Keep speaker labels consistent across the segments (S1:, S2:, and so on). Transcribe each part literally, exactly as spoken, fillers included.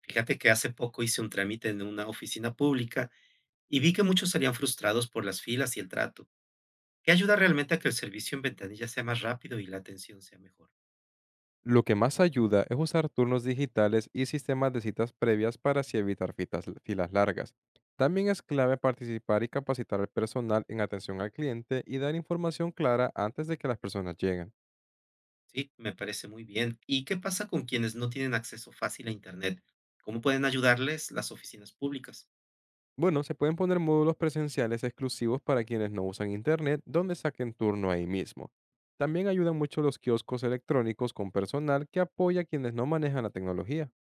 S1: Fíjate que hace poco hice un trámite en una oficina pública y vi que muchos salían frustrados por las filas y el trato. ¿Qué ayuda realmente a que el servicio en ventanilla sea más rápido y la atención sea mejor?
S2: Lo que más ayuda es usar turnos digitales y sistemas de citas previas para así evitar fitas- filas largas. También es clave participar y capacitar al personal en atención al cliente y dar información clara antes de que las personas lleguen.
S1: Sí, me parece muy bien. ¿Y qué pasa con quienes no tienen acceso fácil a Internet? ¿Cómo pueden ayudarles las oficinas públicas?
S2: Bueno, se pueden poner módulos presenciales exclusivos para quienes no usan internet, donde saquen turno ahí mismo. También ayudan mucho los kioscos electrónicos con personal que apoya a quienes no manejan la tecnología.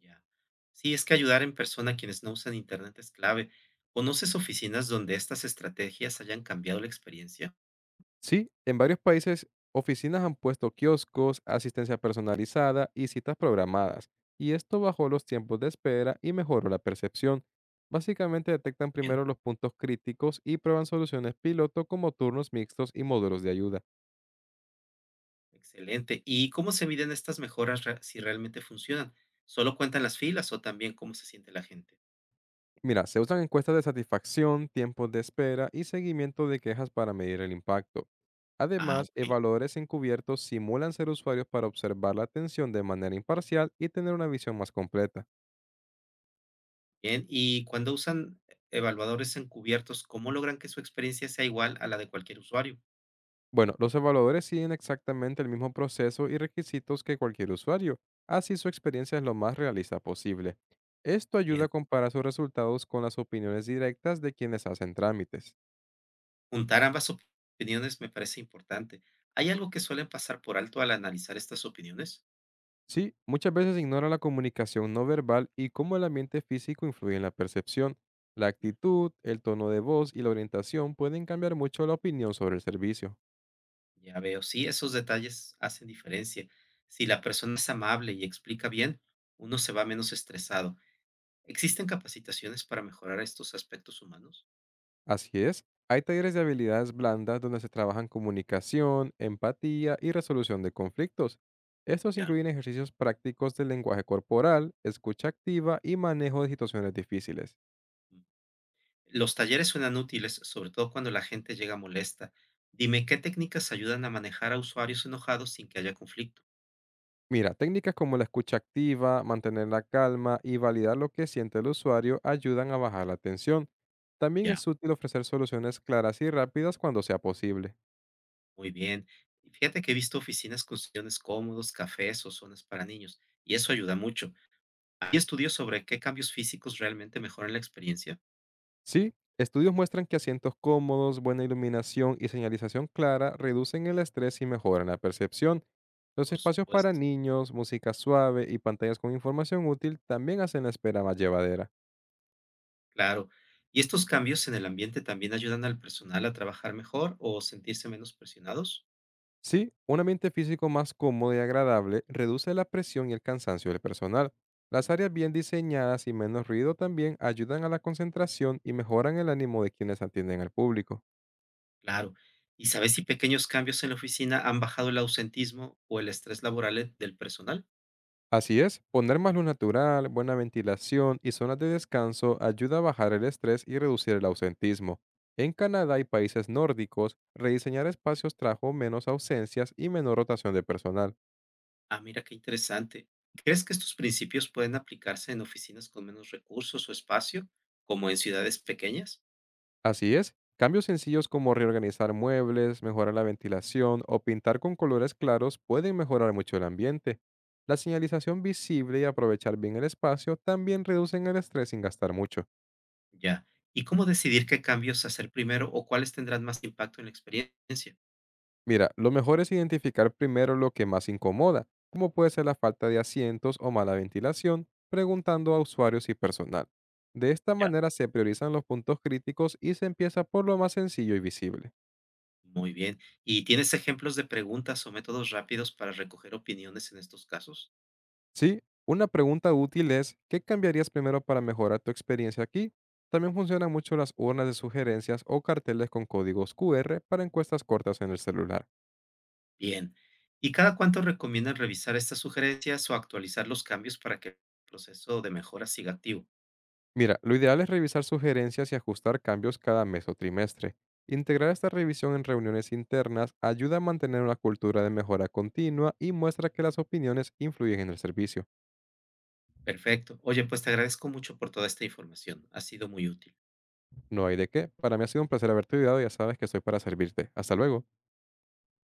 S1: Ya. Sí, es que ayudar en persona a quienes no usan Internet es clave. ¿Conoces oficinas donde estas estrategias hayan cambiado la experiencia?
S2: Sí, en varios países oficinas han puesto kioscos, asistencia personalizada y citas programadas, y esto bajó los tiempos de espera y mejoró la percepción. Básicamente detectan primero los puntos críticos y prueban soluciones piloto como turnos mixtos y módulos de ayuda.
S1: Excelente. ¿Y cómo se miden estas mejoras rea- si realmente funcionan? ¿Solo cuentan las filas o también cómo se siente la gente?
S2: Mira, se usan encuestas de satisfacción, tiempos de espera y seguimiento de quejas para medir el impacto.
S1: Ah,
S2: Además,
S1: ok.
S2: evaluadores encubiertos simulan ser usuarios para observar la atención de manera imparcial y tener una visión más completa.
S1: Bien. ¿Y cuando usan evaluadores encubiertos, cómo logran que su experiencia sea igual a la de cualquier usuario?
S2: Bueno, los evaluadores siguen exactamente el mismo proceso y requisitos que cualquier usuario, así su experiencia es lo más realista posible. Esto
S1: Bien.
S2: ayuda a comparar sus resultados con las opiniones directas de quienes hacen trámites.
S1: Juntar ambas op- opiniones me parece importante. ¿Hay algo que suelen pasar por alto al analizar estas opiniones?
S2: Sí, muchas veces ignora la comunicación no verbal y cómo el ambiente físico influye en la percepción. La
S1: Ujú.
S2: actitud, el tono de voz y la orientación pueden cambiar mucho la opinión sobre el servicio.
S1: Ya veo, sí, esos detalles hacen diferencia. Si la persona es amable y explica bien, uno se va menos estresado. ¿Existen capacitaciones para mejorar estos aspectos humanos?
S2: Así es. Hay talleres de habilidades blandas donde se trabajan comunicación, empatía y resolución de conflictos. Estos
S1: Ya.
S2: incluyen ejercicios prácticos del lenguaje corporal, escucha activa y manejo de situaciones difíciles.
S1: Mm. Los talleres suenan útiles, sobre todo cuando la gente llega molesta. Dime, ¿qué técnicas ayudan a manejar a usuarios enojados sin que haya conflicto?
S2: Mira, técnicas como la escucha activa, mantener la calma y validar lo que siente el usuario ayudan a bajar la tensión. También
S1: Ya.
S2: es útil ofrecer soluciones claras y rápidas cuando sea posible.
S1: Muy bien. Y fíjate que he visto oficinas con sillones cómodos, cafés o zonas para niños, y eso ayuda mucho. ¿Hay estudios sobre qué cambios físicos realmente mejoran la experiencia?
S2: Sí, estudios muestran que asientos cómodos, buena iluminación y señalización clara reducen el estrés y mejoran la percepción. Los
S1: Por
S2: espacios para
S1: supuesto,
S2: niños, música suave y pantallas con información útil también hacen la espera más llevadera.
S1: claro. ¿Y estos cambios en el ambiente también ayudan al personal a trabajar mejor o sentirse menos presionados?
S2: Sí, un ambiente físico más cómodo y agradable reduce la presión y el cansancio del personal. Las áreas bien diseñadas y menos ruido también ayudan a la concentración y mejoran el ánimo de quienes atienden al público.
S1: Claro. ¿Y sabes si pequeños cambios en la oficina han bajado el ausentismo o el estrés laboral e- del personal?
S2: Así es, poner más luz natural, buena ventilación y zonas de descanso ayuda a bajar el estrés y reducir el ausentismo. En Canadá y países nórdicos, rediseñar espacios trajo menos ausencias y menor rotación de personal.
S1: Ah, mira qué interesante. ¿Crees que estos principios pueden aplicarse en oficinas con menos recursos o espacio, como en ciudades pequeñas?
S2: Así es, cambios sencillos como reorganizar muebles, mejorar la ventilación o pintar con colores claros pueden mejorar mucho el ambiente. La señalización visible y aprovechar bien el espacio también reducen el estrés sin gastar mucho.
S1: Ya. ¿Y cómo decidir qué cambios hacer primero o cuáles tendrán más impacto en la experiencia?
S2: Mira, lo mejor es identificar primero lo que más incomoda, como puede ser la falta de asientos o mala ventilación, preguntando a usuarios y personal. De esta
S1: Ya.
S2: manera se priorizan los puntos críticos y se empieza por lo más sencillo y visible.
S1: Muy bien. ¿Y tienes ejemplos de preguntas o métodos rápidos para recoger opiniones en estos casos?
S2: Sí, una pregunta útil es, ¿qué cambiarías primero para mejorar tu experiencia aquí? También funcionan mucho las urnas de sugerencias o carteles con códigos Q R para encuestas cortas en el celular.
S1: Bien. ¿Y cada cuánto recomiendan revisar estas sugerencias o actualizar los cambios para que el proceso de mejora siga activo?
S2: Mira, lo ideal es revisar sugerencias y ajustar cambios cada mes o trimestre. Integrar esta revisión en reuniones internas ayuda a mantener una cultura de mejora continua y muestra que las opiniones influyen en el servicio.
S1: Perfecto. Oye, pues te agradezco mucho por toda esta información. Ha sido muy útil.
S2: No hay de qué. Para mí ha sido un placer haberte ayudado y ya sabes que estoy para servirte. Hasta luego.